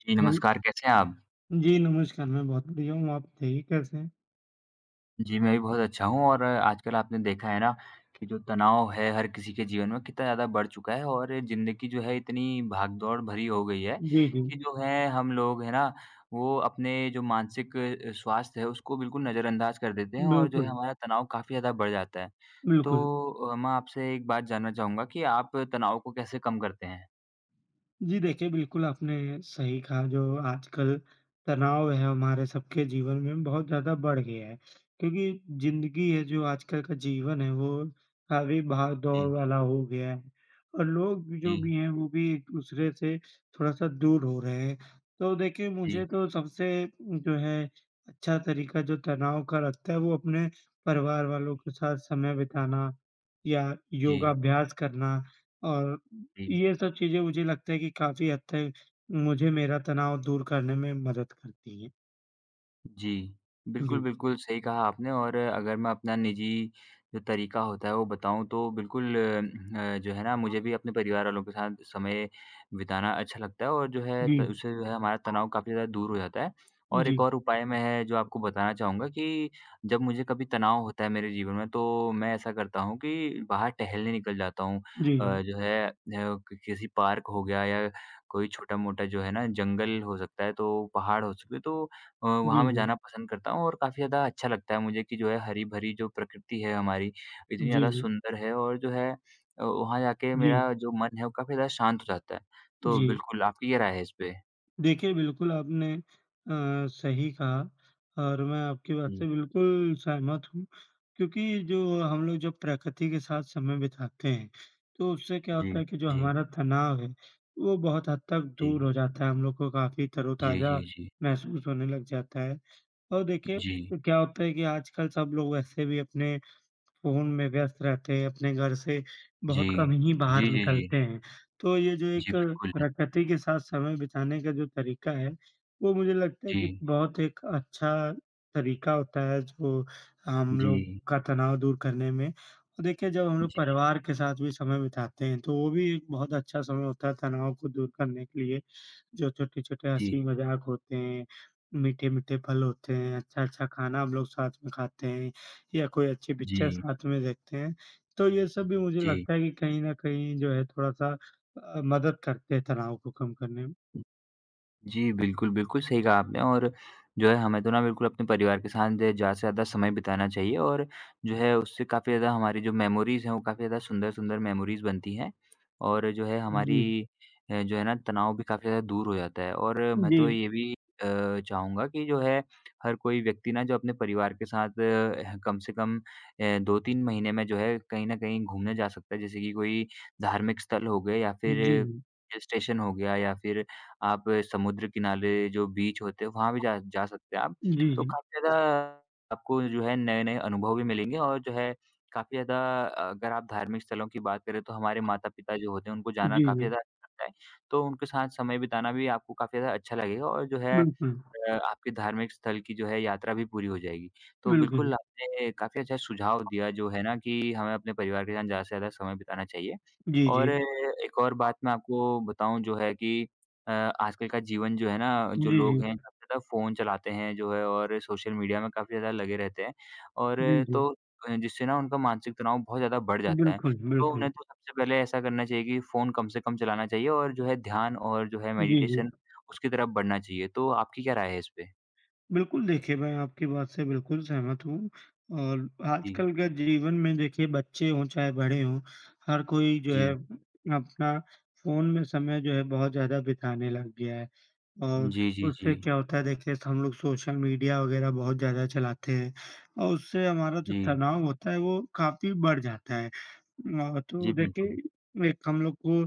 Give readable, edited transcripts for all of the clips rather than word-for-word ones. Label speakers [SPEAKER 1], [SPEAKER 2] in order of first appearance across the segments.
[SPEAKER 1] जी,
[SPEAKER 2] हाँ
[SPEAKER 1] नमस्कार, कैसे हैं आप?
[SPEAKER 2] जी, नमस्कार, मैं बहुत बढ़िया हूँ, आप बताइए कैसे हैं?
[SPEAKER 1] जी, मैं भी बहुत अच्छा हूँ और आजकल आपने देखा है ना कि जो तनाव है हर किसी के जीवन में कितना ज़्यादा बढ़ चुका है और ज़िंदगी जो है इतनी भागदौड़ भरी हो गई है
[SPEAKER 2] जी, जी।
[SPEAKER 1] कि जो है हम लोग है ना, वो अपने जो मानसिक स्वास्थ्य है उसको बिल्कुल नज़रअंदाज कर देते हैं और जो है
[SPEAKER 2] बिल्कुल,
[SPEAKER 1] हमारा तनाव काफ़ी ज़्यादा बढ़ जाता है।
[SPEAKER 2] बिल्कुल।
[SPEAKER 1] तो मैं आपसे एक बात जानना चाहूँगा कि आप तनाव को कैसे कम करते हैं?
[SPEAKER 2] जी देखिए, बिल्कुल आपने सही कहा जो आजकल तनाव है हमारे सबके जीवन में बहुत ज़्यादा बढ़ गया है। क्योंकि ज़िंदगी है जो आजकल का जीवन है वो काफ़ी भाग-दौड़
[SPEAKER 1] जी,
[SPEAKER 2] वाला हो गया है और लोग भी जो
[SPEAKER 1] जी,
[SPEAKER 2] भी हैं वो भी एक-दूसरे से थोड़ा-सा दूर हो रहे हैं। तो देखिए
[SPEAKER 1] जी,
[SPEAKER 2] मुझे तो सबसे जो है अच्छा तरीका जो तनाव का लगता है वो अपने परिवार वालों के साथ समय बिताना या
[SPEAKER 1] जी,
[SPEAKER 2] योगाभ्यास करना और
[SPEAKER 1] जी।
[SPEAKER 2] ये सब चीज़ें मुझे लगता है कि काफ़ी हद तक मुझे मेरा तनाव दूर करने में मदद करती हैं।
[SPEAKER 1] जी। बिल्कुल,
[SPEAKER 2] जी,
[SPEAKER 1] बिल्कुल सही कहा आपने और अगर मैं अपना निजी जो तरीका होता है वो बताऊँ तो बिल्कुल जो है ना मुझे भी अपने परिवार वालों के साथ समय बिताना अच्छा लगता है और जो है
[SPEAKER 2] जी।
[SPEAKER 1] त उससे जो है हमारा तनाव काफ़ी ज़्यादा दूर हो जाता है। और एक
[SPEAKER 2] जी,
[SPEAKER 1] और उपाय मैं है जो आपको बताना चाहूँगा कि जब मुझे कभी तनाव होता है मेरे जीवन में तो मैं ऐसा करता हूँ कि बाहर टहलने निकल जाता हूँ।
[SPEAKER 2] जी, जी।
[SPEAKER 1] जो है क किसी पार्क हो गया या कोई छोटा-मोटा जो है ना जंगल हो सकता है तो पहाड़ हो सकते हैं तो
[SPEAKER 2] जी,
[SPEAKER 1] वहाँ मैं
[SPEAKER 2] जी।
[SPEAKER 1] जाना पसंद करता हूँ और काफ़ी ज़्यादा अच्छा लगता है मुझे कि जो है हरी-भरी जो प्रकृति है हमारी, इतनी
[SPEAKER 2] जी,
[SPEAKER 1] ज़्यादा
[SPEAKER 2] जी।
[SPEAKER 1] सुंदर है और जो है वहाँ जाके
[SPEAKER 2] जी,
[SPEAKER 1] मेरा जो मन है वो काफ़ी ज़्यादा शांत हो जाता है। तो
[SPEAKER 2] जी।
[SPEAKER 1] बिल्कुल, आपकी क्या राय है इस पे?
[SPEAKER 2] देखिए, बिल्कुल आपने सही कहा और मैं आपकी बात से
[SPEAKER 1] जी,
[SPEAKER 2] बिल्कुल सहमत हूँ क्योंकि जो हम लोग जब प्रकृति के साथ समय बिताते हैं, तो उससे क्या
[SPEAKER 1] जी,
[SPEAKER 2] होता है कि जो
[SPEAKER 1] जी,
[SPEAKER 2] हमारा तनाव है, वो बहुत हद तक
[SPEAKER 1] जी।
[SPEAKER 2] दूर हो जाता है। हम लोग को काफ़ी
[SPEAKER 1] जी,
[SPEAKER 2] तरोताज़ा
[SPEAKER 1] जी, जी।
[SPEAKER 2] महसूस होने लग जाता है। और देखिए,
[SPEAKER 1] जी,
[SPEAKER 2] क्या होता है कि आजकल सब लोग वैसे भी अपने फ़ोन में व्यस्त रहते हैं, अपने घर से बहुत
[SPEAKER 1] जी।
[SPEAKER 2] कम ही बाहर
[SPEAKER 1] जी, जी, जी।
[SPEAKER 2] निकलते हैं। तो ये जो
[SPEAKER 1] जी,
[SPEAKER 2] एक
[SPEAKER 1] बिल्कुल।
[SPEAKER 2] प्रकृति के साथ समय बिताने का जो तरीका है, वो मुझे लगता है कि
[SPEAKER 1] जी,
[SPEAKER 2] बहुत एक अच्छा तरीका होता है जो हम लोग
[SPEAKER 1] जी,
[SPEAKER 2] का तनाव दूर करने में। और देखिए जब हम लोग
[SPEAKER 1] जी,
[SPEAKER 2] परिवार के साथ भी समय बिताते हैं, तो वो भी एक बहुत अच्छा समय होता है तनाव को दूर करने के लिए। जो छोटे-छोटे
[SPEAKER 1] जी,
[SPEAKER 2] हँसी मज़ाक होते हैं, मीठे-मीठे पल होते हैं, अच्छा-अच्छा खाना हम लोग साथ में खाते हैं। या कोई अच्छी पिक्चर
[SPEAKER 1] जी,
[SPEAKER 2] साथ में देखते हैं, तो ये सब भी मुझे
[SPEAKER 1] जी।
[SPEAKER 2] लगता है कि कहीं न कहीं जो है थोड़ा-सा मदद करते हैं तनाव को कम करने में।
[SPEAKER 1] जी, बिल्कुल, बिल्कुल सही कहा आपने और जो है हमें तो ना बिल्कुल अपने परिवार के साथ जो है ज़्यादा से ज़्यादा समय बिताना चाहिए और जो है उससे काफ़ी ज़्यादा हमारी जो मेमोरीज़ हैं वो काफ़ी ज़्यादा सुंदर-सुंदर मेमोरीज़ बनती हैं और जो है
[SPEAKER 2] जी,
[SPEAKER 1] हमारी जो है ना तनाव भी काफ़ी ज़्यादा दूर हो जाता है और मैं
[SPEAKER 2] जी,
[SPEAKER 1] तो ये भी चाहूँगा कि जो है हर कोई व्यक्ति ना जो अपने परिवार के साथ कम से कम 2-3 महीने में जो है कहीं न कहीं घूमने जा सकता है। जैसे कि कोई धार्मिक स्थल हो गए या
[SPEAKER 2] जी,
[SPEAKER 1] फिर हिल स्टेशन हो गया या फिर आप समुद्र किनारे जो बीच होते हैं, वहाँ भी जा जा सकते हैं आप।
[SPEAKER 2] जी, जी,
[SPEAKER 1] तो
[SPEAKER 2] जी,
[SPEAKER 1] काफ़ी ज़्यादा आपको जो है नए-नए अनुभव भी मिलेंगे और जो है काफ़ी ज़्यादा अगर आप धार्मिक स्थलों की बात करें तो हमारे माता-पिता जो होते हैं उनको जाना
[SPEAKER 2] जी,
[SPEAKER 1] काफ़ी
[SPEAKER 2] जी।
[SPEAKER 1] ज़्यादा अच्छा लगता है। तो उनके साथ समय बिताना भी आपको काफ़ी ज़्यादा अच्छा लगेगा और जो है
[SPEAKER 2] बिल्कुल,
[SPEAKER 1] आपके धार्मिक स्थल की जो है यात्रा भी पूरी हो जाएगी। तो
[SPEAKER 2] बिल्कुल,
[SPEAKER 1] बिल्कुल आपने काफ़ी अच्छा सुझाव दिया जो है ना कि हमें अपने परिवार के साथ ज़्यादा से ज़्यादा समय बिताना चाहिए।
[SPEAKER 2] जी,
[SPEAKER 1] और
[SPEAKER 2] जी,
[SPEAKER 1] एक और बात मैं आपको बताऊँ जो है कि आजकल का जीवन जो है ना, जो
[SPEAKER 2] जी,
[SPEAKER 1] लोग
[SPEAKER 2] जी,
[SPEAKER 1] हैं, हुँ। काफ़ी ज़्यादा फ़ोन चलाते हैं जो है और सोशल मीडिया में काफ़ी ज़्यादा लगे रहते हैं और
[SPEAKER 2] जी, जी,
[SPEAKER 1] तो जिससे ना उनका मानसिक तनाव बहुत ज़्यादा बढ़ जाता है।
[SPEAKER 2] बिल्कुल,
[SPEAKER 1] तो
[SPEAKER 2] बिल्कुल,
[SPEAKER 1] उन्हें तो सबसे पहले ऐसा करना चाहिए कि फ़ोन कम से कम चलाना चाहिए और जो है ध्यान और जो है
[SPEAKER 2] जी, जी।
[SPEAKER 1] मेडिटेशन उसकी तरफ बढ़ना चाहिए। तो आपकी क्या राय है इस पे?
[SPEAKER 2] बिल्कुल, देखिए मैं आपकी बात से बिल्कुल सहमत हूँ और
[SPEAKER 1] जी,
[SPEAKER 2] आजकल के जीवन में देखिए बच्चे हों चाहे बड़े हों, हर कोई जो है
[SPEAKER 1] जी।
[SPEAKER 2] अपना फ़ोन में समय जो है बहुत ज़्यादा बिताने लग गया है। और
[SPEAKER 1] जी, जी, जी।
[SPEAKER 2] उससे क्या होता है देखिए हम लोग सोशल मीडिया वग़ैरह बहुत ज़्यादा चलाते हैं और उससे हमारा जो
[SPEAKER 1] जी,
[SPEAKER 2] तनाव होता है वो काफ़ी बढ़ जाता है। तो
[SPEAKER 1] जी बिल्कुल।
[SPEAKER 2] देखिए एक हम लोग को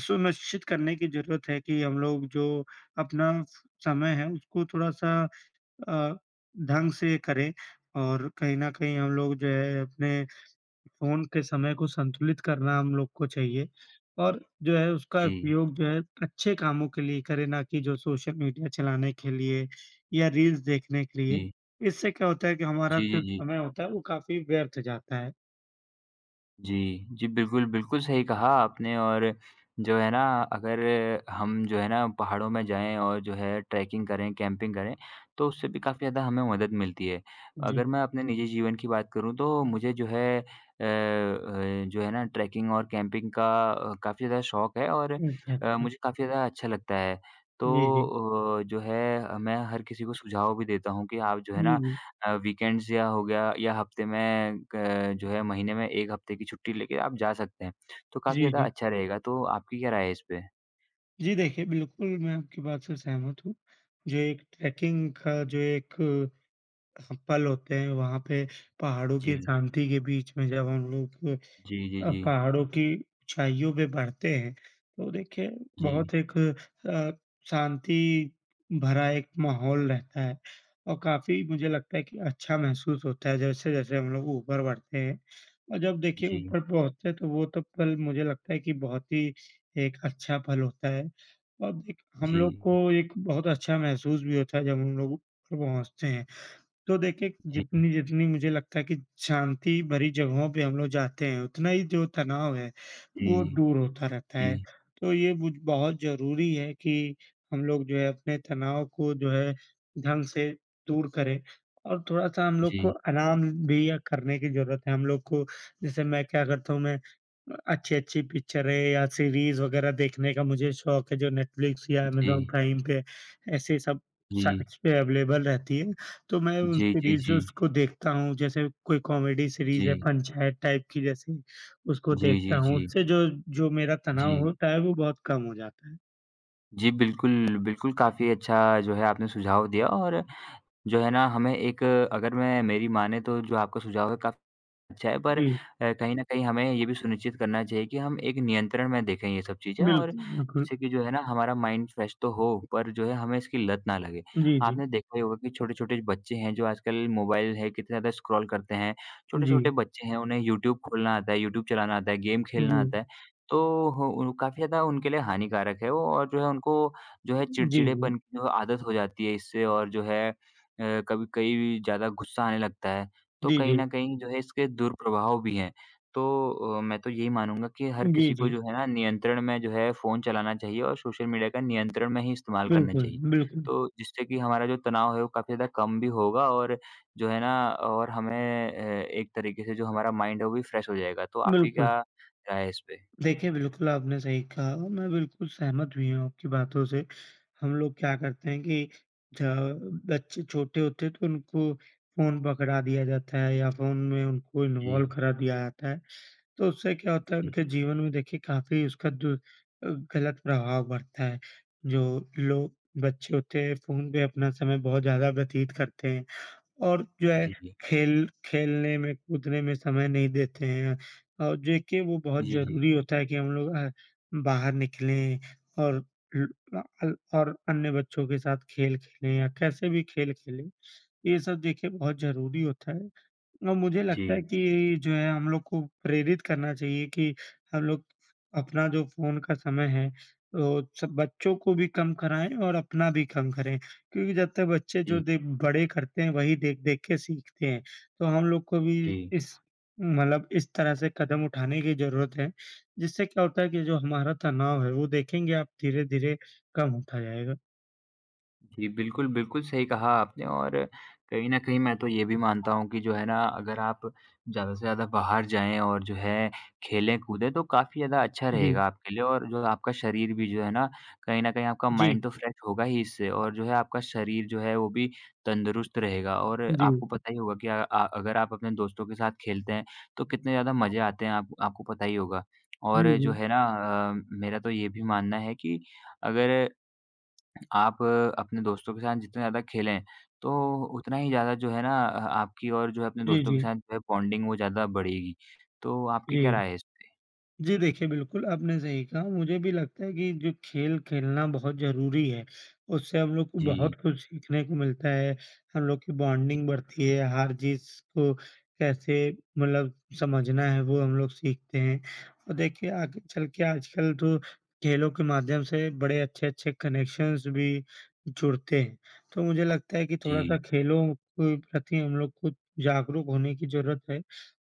[SPEAKER 2] सुनिश्चित करने की ज़रूरत है कि हम लोग जो अपना समय है उसको थोड़ा-सा अ, ढंग से करें और कहीं न कहीं हम लोग जो है अपने फ़ोन के समय को संतुलित करना हम लोग को चाहिए और जो है उसका
[SPEAKER 1] जी,
[SPEAKER 2] उपयोग जो है अच्छे कामों के लिए करें, ना कि जो सोशल मीडिया चलाने के लिए या रील्स देखने के लिए।
[SPEAKER 1] जी।
[SPEAKER 2] इससे क्या होता है कि हमारा
[SPEAKER 1] जी, जी,
[SPEAKER 2] जो
[SPEAKER 1] जी।
[SPEAKER 2] समय होता है वो काफ़ी व्यर्थ जाता है।
[SPEAKER 1] जी। जी, बिल्कुल, बिल्कुल सही कहा आपने और जो है ना अगर हम जो है ना पहाड़ों में जाएँ और जो है ट्रैकिंग करें, कैंपिंग करें, तो उससे भी काफ़ी ज़्यादा हमें मदद मिलती है।
[SPEAKER 2] जी।
[SPEAKER 1] अगर मैं अपने निजी जीवन की बात करूँ तो मुझे जो है जो है ना ट्रैकिंग और कैंपिंग का काफ़ी ज़्यादा शौक है और
[SPEAKER 2] अच्छा, अच्छा।
[SPEAKER 1] मुझे काफ़ी ज़्यादा अच्छा लगता है। तो
[SPEAKER 2] जी, जी।
[SPEAKER 1] जो है मैं हर किसी को सुझाव भी देता हूँ कि आप जो है
[SPEAKER 2] जी,
[SPEAKER 1] ना
[SPEAKER 2] जी।
[SPEAKER 1] वीकेंड्स या हो गया या हफ्ते में क जो है महीने में 1 हफ्ते की छुट्टी लेके आप जा सकते हैं। तो काफ़ी
[SPEAKER 2] जी,
[SPEAKER 1] ज़्यादा
[SPEAKER 2] जी।
[SPEAKER 1] अच्छा रहेगा, तो आपकी क्या राय है इस पे?
[SPEAKER 2] जी, देखिए बिल्कुल मैं आपकी बात से सहमत हूँ। जो एक ट्रैकिंग का जो एक पल होते हैं वहाँ पे पहाड़ों की
[SPEAKER 1] जी।
[SPEAKER 2] शांति के बीच में जब हम लोग
[SPEAKER 1] जी, जी, जी।
[SPEAKER 2] पहाड़ों की ऊँचाइयों पे बढ़ते हैं, तो देखिए
[SPEAKER 1] जी,
[SPEAKER 2] बहुत एक शांति भरा एक माहौल रहता है और काफ़ी मुझे लगता है कि अच्छा महसूस होता है जैसे-जैसे हम लोग ऊपर बढ़ते हैं और जब देखिए
[SPEAKER 1] जी,
[SPEAKER 2] ऊपर पहुँचते हैं तो वो तो पल मुझे लगता है कि बहुत ही एक अच्छा पल होता है और एक हम लोग को
[SPEAKER 1] जी,
[SPEAKER 2] एक बहुत अच्छा महसूस भी होता है जब हम लोग ऊपर पहुँचते हैं। तो देखिए,
[SPEAKER 1] जी, जी,
[SPEAKER 2] जितनी जितनी मुझे लगता है कि शांति भरी जगहों पे हम लोग जाते हैं, उतना ही जो तनाव है,
[SPEAKER 1] जी,
[SPEAKER 2] वो दूर होता रहता
[SPEAKER 1] जी,
[SPEAKER 2] है। तो ये मुझ बहुत ज़रूरी है कि हम लोग जो है अपने तनाव को जो है ढंग से दूर करें और थोड़ा-सा हम लोग को
[SPEAKER 1] जी,
[SPEAKER 2] आराम भी या करने की ज़रूरत है। हम लोग को जैसे मैं क्या करता हूँ मैं अच्छी-अच्छी पिक्चरें या सीरीज़ वग़ैरह देखने का मुझे शौक है जो नेटफ्लिक्स या अमेज़न
[SPEAKER 1] जी,
[SPEAKER 2] प्राइम पे ऐसे सब
[SPEAKER 1] जी,
[SPEAKER 2] साइट्स पे अवेलेबल रहती है। तो मैं उन
[SPEAKER 1] जी, जी,
[SPEAKER 2] सीरीज़
[SPEAKER 1] जी,
[SPEAKER 2] को देखता हूँ, जैसे कोई कॉमेडी सीरीज़ है पंचायत टाइप की जैसी, उसको
[SPEAKER 1] जी, जी,
[SPEAKER 2] देखता हूँ,
[SPEAKER 1] जी,
[SPEAKER 2] उससे जो जो मेरा तनाव
[SPEAKER 1] जी।
[SPEAKER 2] होता है वो बहुत कम हो जाता है।
[SPEAKER 1] जी, बिल्कुल, बिल्कुल काफ़ी अच्छा जो है आपने सुझाव दिया और जो है ना हमें एक अगर मैं मेरी माने तो जो आपका सुझाव है काफ़ी अच्छा है, पर
[SPEAKER 2] जी,
[SPEAKER 1] कहीं न कहीं हमें ये भी सुनिश्चित करना चाहिए कि हम एक नियंत्रण में देखें ये सब चीज़ें और
[SPEAKER 2] बिल्कुल, बिल्कुल।
[SPEAKER 1] जिससे कि जो है ना हमारा माइंड फ्रेश तो हो, पर जो है हमें इसकी लत ना लगे।
[SPEAKER 2] जी, जी,
[SPEAKER 1] आपने देखा ही होगा कि छोटे-छोटे बच्चे हैं जो आजकल मोबाइल है, कितने ज़्यादा स्क्रॉल करते हैं।
[SPEAKER 2] जी,
[SPEAKER 1] छोटे-छोटे बच्चे हैं, उन्हें यूट्यूब खोलना आता है, यूट्यूब चलाना आता है, गेम खेलना
[SPEAKER 2] जी,
[SPEAKER 1] आता है। तो हो उन काफ़ी ज़्यादा उनके लिए हानिकारक है वो और जो है उनको जो है
[SPEAKER 2] जी, जी,
[SPEAKER 1] चिड़चिड़ेपन की जो आदत हो जाती है इससे और जो है कभी कई ज़्यादा गुस्सा आने लगता है। तो
[SPEAKER 2] जी,
[SPEAKER 1] कहीं
[SPEAKER 2] जी,
[SPEAKER 1] न कहीं जो है इसके दुष्प्रभाव भी हैं। तो मैं तो यही मानूँगा कि हर
[SPEAKER 2] जी,
[SPEAKER 1] किसी
[SPEAKER 2] जी,
[SPEAKER 1] को जो है ना नियंत्रण में जो है फ़ोन चलाना चाहिए और सोशल मीडिया का नियंत्रण में ही इस्तेमाल करना
[SPEAKER 2] बिल्कुल,
[SPEAKER 1] चाहिए।
[SPEAKER 2] बिल्कुल,
[SPEAKER 1] तो जिससे कि हमारा जो तनाव है वो काफ़ी ज़्यादा कम भी होगा और जो है ना और हमें एक तरीके से जो हमारा माइंड है वो भी फ्रेश हो जाएगा। तो आपकी
[SPEAKER 2] बिल्कुल।
[SPEAKER 1] क्या राय है इस पे?
[SPEAKER 2] देखिए, बिल्कुल आपने सही कहा और मैं बिल्कुल सहमत भी हूँ आपकी बातों से। हम लोग क्या करते हैं कि ज बच्चे छोटे होते हैं तो उनको फ़ोन पकड़ा दिया जाता है या फ़ोन में उनको इन्वॉल्व
[SPEAKER 1] जी,
[SPEAKER 2] करा दिया जाता है। तो उससे क्या होता है
[SPEAKER 1] जी,
[SPEAKER 2] उनके जीवन में देखिए काफ़ी उसका गलत प्रभाव पड़ता है। जो लोग बच्चे होते हैं फ़ोन पे अपना समय बहुत ज़्यादा व्यतीत करते हैं। और जो है
[SPEAKER 1] जी, जी,
[SPEAKER 2] खेल खेलने में, कूदने में समय नहीं देते हैं और देखिए वो बहुत
[SPEAKER 1] जी,
[SPEAKER 2] ज़रूरी होता है कि हम लोग बाहर निकलें और ल अ अल और अन्य बच्चों के साथ खेल खेलें या कैसे भी खेल खेलें। ये सब देखिए बहुत ज़रूरी होता है। और मुझे लगता है
[SPEAKER 1] जी,
[SPEAKER 2] कि जो है हम लोग को प्रेरित करना चाहिए कि हम लोग अपना जो फ़ोन का समय है तो सब बच्चों को भी कम कराएँ और अपना भी कम करें। क्योंकि जब तक बच्चे जो
[SPEAKER 1] जी,
[SPEAKER 2] देख बड़े करते हैं वही देख-देख के सीखते हैं। तो हम लोग को भी
[SPEAKER 1] जी।
[SPEAKER 2] इस मतलब इस तरह से कदम उठाने की ज़रूरत है, जिससे क्या होता है कि जो हमारा तनाव है वो देखेंगे आप धीरे-धीरे कम होता जाएगा।
[SPEAKER 1] जी, बिल्कुल, बिल्कुल सही कहा आपने और कहीं न कहीं मैं तो ये भी मानता हूँ कि जो है ना, अगर आप ज़्यादा से ज़्यादा बाहर जाएँ और जो है खेलें-कूदें तो काफ़ी ज़्यादा अच्छा
[SPEAKER 2] जी,
[SPEAKER 1] रहेगा आपके लिए और जो आपका शरीर भी जो है ना, कहीं न कहीं आपका
[SPEAKER 2] जी,
[SPEAKER 1] माइंड तो फ्रेश होगा ही इससे और जो है आपका शरीर जो है वो भी तंदुरुस्त रहेगा और
[SPEAKER 2] जी,
[SPEAKER 1] आपको पता ही होगा कि अगर आप अपने दोस्तों के साथ खेलते हैं, तो कितने ज़्यादा मज़े आते हैं आप आपको पता ही होगा।
[SPEAKER 2] जी,
[SPEAKER 1] और जो
[SPEAKER 2] जी,
[SPEAKER 1] है ना अ, मेरा तो ये भी मानना है कि अगर आप अपने दोस्तों के साथ जितना ज़्यादा खेलें, तो उतना ही ज़्यादा जो है ना आपकी और जो है अपने
[SPEAKER 2] जी,
[SPEAKER 1] दोस्तों
[SPEAKER 2] जी,
[SPEAKER 1] के साथ जो है बॉन्डिंग वो ज़्यादा बढ़ेगी। तो आपकी क्या
[SPEAKER 2] जी।
[SPEAKER 1] राय है इस पे?
[SPEAKER 2] जी देखिए, बिल्कुल आपने सही कहा। मुझे भी लगता है कि जो खेल खेलना बहुत ज़रूरी है, उससे हम लोग को बहुत
[SPEAKER 1] जी,
[SPEAKER 2] कुछ सीखने को मिलता है। हम लोग की
[SPEAKER 1] जी,
[SPEAKER 2] बॉन्डिंग बढ़ती है, हार-जीत को कैसे मतलब समझना है वो हम लोग सीखते हैं। और देखिए आगे चल के आजकल तो खेलों के माध्यम से बड़े अच्छे-अच्छे कनेक्शंस भी जुड़ते हैं। तो मुझे लगता है कि थोड़ा-सा
[SPEAKER 1] जी,
[SPEAKER 2] खेलों के प्रति हम लोग को जागरूक होने की ज़रूरत है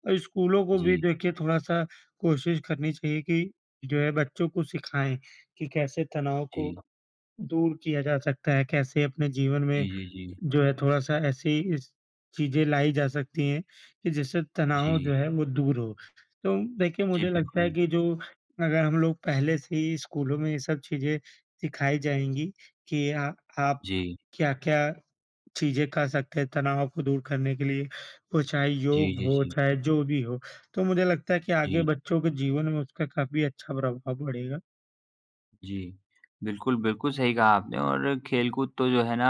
[SPEAKER 2] और स्कूलों को भी देखिए थोड़ा-सा कोशिश करनी चाहिए कि जो है बच्चों को सिखाएँ कि कैसे तनाव को
[SPEAKER 1] जी,
[SPEAKER 2] दूर किया जा सकता है, कैसे अपने जीवन में
[SPEAKER 1] जी, जी, जी, जी,
[SPEAKER 2] जो है थोड़ा-सा ऐसी इस चीज़ें लाई जा सकती हैं कि जिससे तनाव
[SPEAKER 1] जी,
[SPEAKER 2] जो है वो दूर हो। तो देखिए
[SPEAKER 1] जी,
[SPEAKER 2] मुझे लगता है
[SPEAKER 1] बिल्कुल।
[SPEAKER 2] कि जो अगर हम लोग पहले से ही स्कूलों में ये सब चीज़ें सिखाई जाएँगी कि आ आप
[SPEAKER 1] जी,
[SPEAKER 2] क्या-क्या चीज़ें कर सकते हैं तनाव को दूर करने के लिए, वो चाहे
[SPEAKER 1] जी,
[SPEAKER 2] योग
[SPEAKER 1] जी,
[SPEAKER 2] हो,
[SPEAKER 1] जी,
[SPEAKER 2] चाहे जो भी हो। तो मुझे लगता है कि आगे
[SPEAKER 1] जी।
[SPEAKER 2] बच्चों के जीवन में उसका काफ़ी अच्छा प्रभाव पड़ेगा।
[SPEAKER 1] जी। बिल्कुल, बिल्कुल सही कहा आपने और खेलकूद तो जो है ना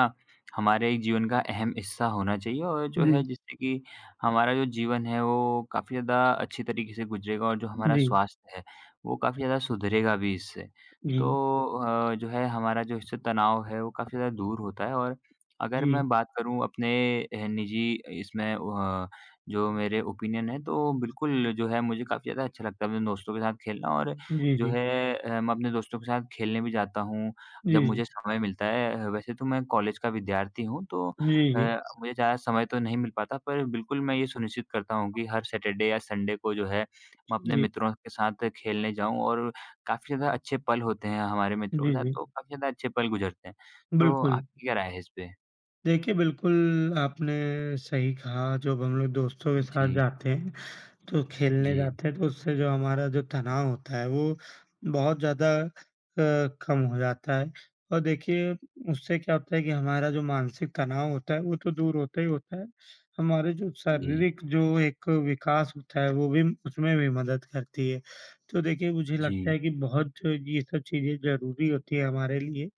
[SPEAKER 1] हमारे एक जीवन का अहम हिस्सा होना चाहिए और जो
[SPEAKER 2] जी,
[SPEAKER 1] है जिससे कि हमारा जो जीवन है वो काफ़ी ज़्यादा अच्छी तरीके से गुज़रेगा और जो हमारा
[SPEAKER 2] जी,
[SPEAKER 1] स्वास्थ्य है वो काफ़ी ज़्यादा सुधरेगा भी इससे। तो
[SPEAKER 2] जी,
[SPEAKER 1] जो है हमारा जो इससे तनाव है वो काफ़ी ज़्यादा दूर होता है और अगर
[SPEAKER 2] जी,
[SPEAKER 1] मैं बात करूँ अपने निजी इसमें जो मेरे ओपिनियन है तो बिल्कुल जो है मुझे काफ़ी ज़्यादा अच्छा लगता है अपने दोस्तों के साथ खेलना और
[SPEAKER 2] जी,
[SPEAKER 1] जो
[SPEAKER 2] जी,
[SPEAKER 1] है मैं अपने दोस्तों के साथ खेलने भी जाता हूँ, जब
[SPEAKER 2] जी, जी,
[SPEAKER 1] मुझे समय मिलता है। वैसे तो मैं कॉलेज का विद्यार्थी हूँ, तो अ,
[SPEAKER 2] जी,
[SPEAKER 1] मुझे ज़्यादा समय तो नहीं मिल पाता, पर बिल्कुल मैं ये सुनिश्चित करता हूँ कि हर सैटरडे या संडे को जो है, मैं
[SPEAKER 2] जी,
[SPEAKER 1] अपने
[SPEAKER 2] जी,
[SPEAKER 1] मित्रों के साथ खेलने जाऊँ और काफ़ी ज़्यादा अच्छे पल होते हैं हमारे मित्रों के
[SPEAKER 2] जी,
[SPEAKER 1] साथ,
[SPEAKER 2] जी,
[SPEAKER 1] तो काफ़ी ज़्यादा अच्छे पल गुज़रते हैं। तो
[SPEAKER 2] बिल्कुल।
[SPEAKER 1] आपकी क्या राय है इस पे?
[SPEAKER 2] देखिए, बिल्कुल आपने सही कहा, जब हम लोग दोस्तों के साथ
[SPEAKER 1] जी,
[SPEAKER 2] जाते हैं तो खेलने
[SPEAKER 1] जी,
[SPEAKER 2] जाते हैं तो उससे जो हमारा जो तनाव होता है वो बहुत ज़्यादा कम हो जाता है और देखिए उससे क्या होता है कि हमारा जो मानसिक तनाव होता है वो तो दूर होता ही होता है, हमारे जो
[SPEAKER 1] जी,
[SPEAKER 2] शारीरिक जो एक विकास होता है वो भी उसमें भी मदद करती है। तो देखिए मुझे लगता
[SPEAKER 1] जी,
[SPEAKER 2] है कि बहुत ये सब चीज़ें ज़रूरी होती है हमारे लिए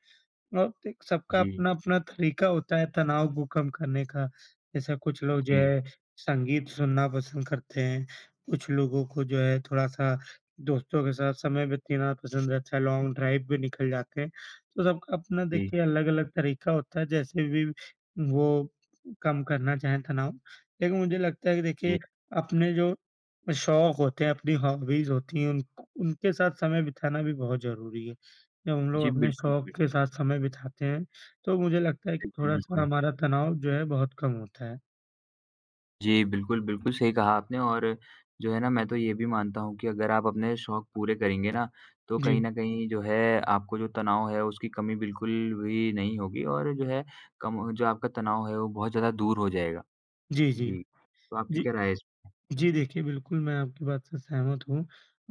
[SPEAKER 2] और देख सबका
[SPEAKER 1] जी,
[SPEAKER 2] अपना-अपना तरीका होता है तनाव को कम करने का। जैसे कुछ लोग जो
[SPEAKER 1] जी,
[SPEAKER 2] है संगीत सुनना पसंद करते हैं, कुछ लोगों को जो है थोड़ा-सा दोस्तों के साथ समय बिताना पसंद रहता है, लॉन्ग ड्राइव पे निकल जाते हैं। तो सबका अपना
[SPEAKER 1] जी,
[SPEAKER 2] देखिए अलग-अलग तरीका होता है जैसे भी वो कम करना चाहें तनाव। लेकिन मुझे लगता है कि
[SPEAKER 1] जी।
[SPEAKER 2] देखिए अपने जो शौक होते हैं, अपनी हॉबीज़ होती हैं उन उनके साथ समय बिताना भी बहुत ज़रूरी है। जब हम लोग
[SPEAKER 1] जी,
[SPEAKER 2] अपने
[SPEAKER 1] बिल्कुल,
[SPEAKER 2] शौक के साथ समय बिताते हैं, तो मुझे लगता है कि
[SPEAKER 1] बिल्कुल,
[SPEAKER 2] थोड़ा-सा
[SPEAKER 1] बिल्कुल।
[SPEAKER 2] हमारा तनाव जो है बहुत कम होता है।
[SPEAKER 1] जी, बिल्कुल, बिल्कुल सही कहा आपने और जो है ना मैं तो ये भी मानता हूँ कि अगर आप अपने शौक पूरे करेंगे ना, तो
[SPEAKER 2] जी।
[SPEAKER 1] कहीं न कहीं जो है आपको जो तनाव है उसकी कमी बिल्कुल भी नहीं होगी और जो है कम जो आपका तनाव है वो बहुत ज़्यादा दूर हो जाएगा।
[SPEAKER 2] जी, जी।
[SPEAKER 1] जी, तो आपकी
[SPEAKER 2] जी,
[SPEAKER 1] क्या राय है इस
[SPEAKER 2] जी देखिए बिल्कुल मैं आपकी बात से सहमत हूँ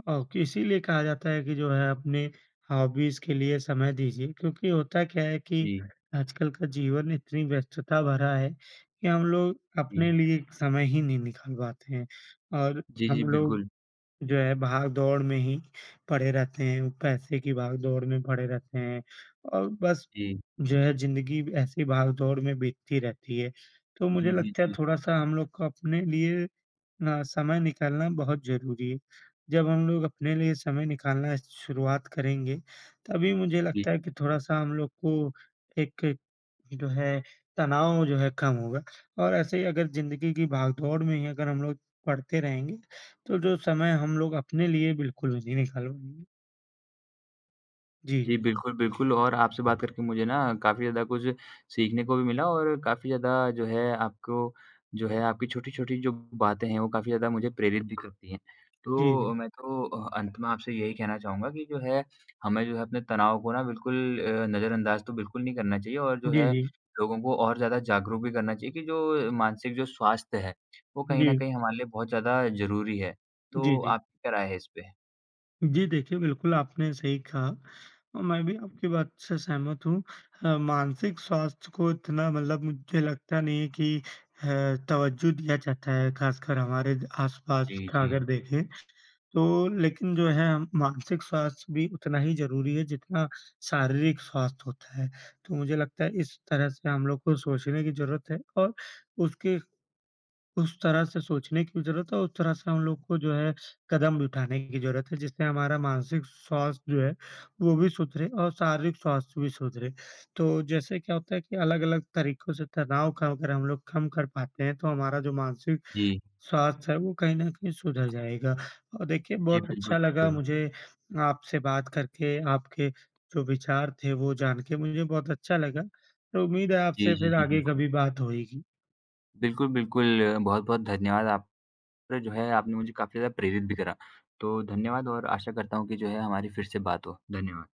[SPEAKER 2] औ कि इसीलिए कहा जाता है कि जो है अपने हॉबीज़ के लिए समय दीजिए क्योंकि होता क्या है कि
[SPEAKER 1] जी,
[SPEAKER 2] आजकल का जीवन इतनी व्यस्तता भरा है कि हम लोग
[SPEAKER 1] जी।
[SPEAKER 2] अपने लिए समय ही नहीं निकाल पाते हैं और
[SPEAKER 1] जी,
[SPEAKER 2] हम
[SPEAKER 1] जी,
[SPEAKER 2] लोग
[SPEAKER 1] बिल्कुल।
[SPEAKER 2] जो है भाग-दौड़ में ही पड़े रहते हैं, वो पैसे की भाग-दौड़ में पड़े रहते हैं और बस
[SPEAKER 1] जी,
[SPEAKER 2] जो है ज़िंदगी ऐसी भाग-दौड़ में बीतती रहती है। तो मुझे
[SPEAKER 1] जी, जी,
[SPEAKER 2] लगता है
[SPEAKER 1] जी,
[SPEAKER 2] थोड़ा-सा हम लोग को अपने लिए ना समय निकालना बहुत ज़रूरी है। जब हम लोग अपने लिए समय निकालना शुरुआत करेंगे, तभी मुझे
[SPEAKER 1] जी।
[SPEAKER 2] लगता है कि थोड़ा-सा हम लोग को एक जो है, तनाव जो है कम होगा और ऐसे ही अगर ज़िंदगी की भागदौड़ में ही अगर हम लोग पड़ते रहेंगे, तो जो समय हम लोग अपने लिए बिल्कुल भी नहीं निकाल पाएँगे। जी,
[SPEAKER 1] जी, बिल्कुल, बिल्कुल और आपसे बात करके मुझे ना काफ़ी ज़्यादा कुछ सीखने को भी मिला और काफ़ी ज़्यादा जो है आपको जो है आपकी छोटी-छोटी जो बातें हैं, वो काफ़ी ज़्यादा मुझे प्रेरित भी करती हैं।
[SPEAKER 2] जी, जी।
[SPEAKER 1] तो मैं तो अंत में आपसे यही कहना चाहूँगा कि जो है, हमें जो है अपने तनाव को ना बिल्कुल नज़रअंदाज़ तो बिल्कुल नहीं करना चाहिए और जो
[SPEAKER 2] जी,
[SPEAKER 1] है
[SPEAKER 2] जी।
[SPEAKER 1] लोगों को और ज़्यादा जागरूक भी करना चाहिए कि जो मानसिक जो स्वास्थ्य है, वो कहीं न
[SPEAKER 2] जी,
[SPEAKER 1] कहीं हमारे लिए बहुत ज़्यादा ज़रूरी है।
[SPEAKER 2] जी,
[SPEAKER 1] तो
[SPEAKER 2] जी।
[SPEAKER 1] आपकी क्या राय है इस पे?
[SPEAKER 2] जी, देखिए बिल्कुल आपने सही कहा और मैं भी आपकी बात से सहमत हूँ। मानसिक स्वास्थ्य को इतना मतलब मुझे लगता नहीं है कि अ, तवज्जो दिया जाता है, ख़ासकर हमारे
[SPEAKER 1] जी,
[SPEAKER 2] आस-पास का
[SPEAKER 1] जी।
[SPEAKER 2] अगर देखें। तो लेकिन जो है हम मानसिक स्वास्थ्य भी उतना ही ज़रूरी है जितना शारीरिक स्वास्थ्य होता है। तो मुझे लगता है इस तरह से हम लोग को सोचने की ज़रूरत है और उसके उस तरह से सोचने की ज़रूरत है, उस तरह से हम लोग को जो है कदम भी उठाने की ज़रूरत है जिससे हमारा मानसिक स्वास्थ्य जो है वो भी सुधरे और शारीरिक स्वास्थ्य भी सुधरे। तो जैसे क्या होता है कि अलग-अलग तरीकों से तनाव का अगर हम लोग कम कर पाते हैं तो हमारा जो मानसिक
[SPEAKER 1] जी।
[SPEAKER 2] स्वास्थ्य है वो कहीं न कहीं सुधर जाएगा। और देखिए
[SPEAKER 1] जी,
[SPEAKER 2] बहुत
[SPEAKER 1] बिल्कुल,
[SPEAKER 2] अच्छा लगा
[SPEAKER 1] बिल्कुल।
[SPEAKER 2] मुझे आपसे बात करके, आपके जो विचार थे वो जान के मुझे बहुत अच्छा लगा। तो उम्मीद है
[SPEAKER 1] जी,
[SPEAKER 2] आपसे
[SPEAKER 1] जी,
[SPEAKER 2] फिर
[SPEAKER 1] जी,
[SPEAKER 2] आगे
[SPEAKER 1] बिल्कुल।
[SPEAKER 2] कभी बात होएगी।
[SPEAKER 1] बिल्कुल, बिल्कुल, बहुत-बहुत धन्यवाद आपका जो है आपने मुझे काफ़ी ज़्यादा प्रेरित भी करा। तो धन्यवाद और आशा करता हूँ कि जो है हमारी फिर से बात हो। धन्यवाद।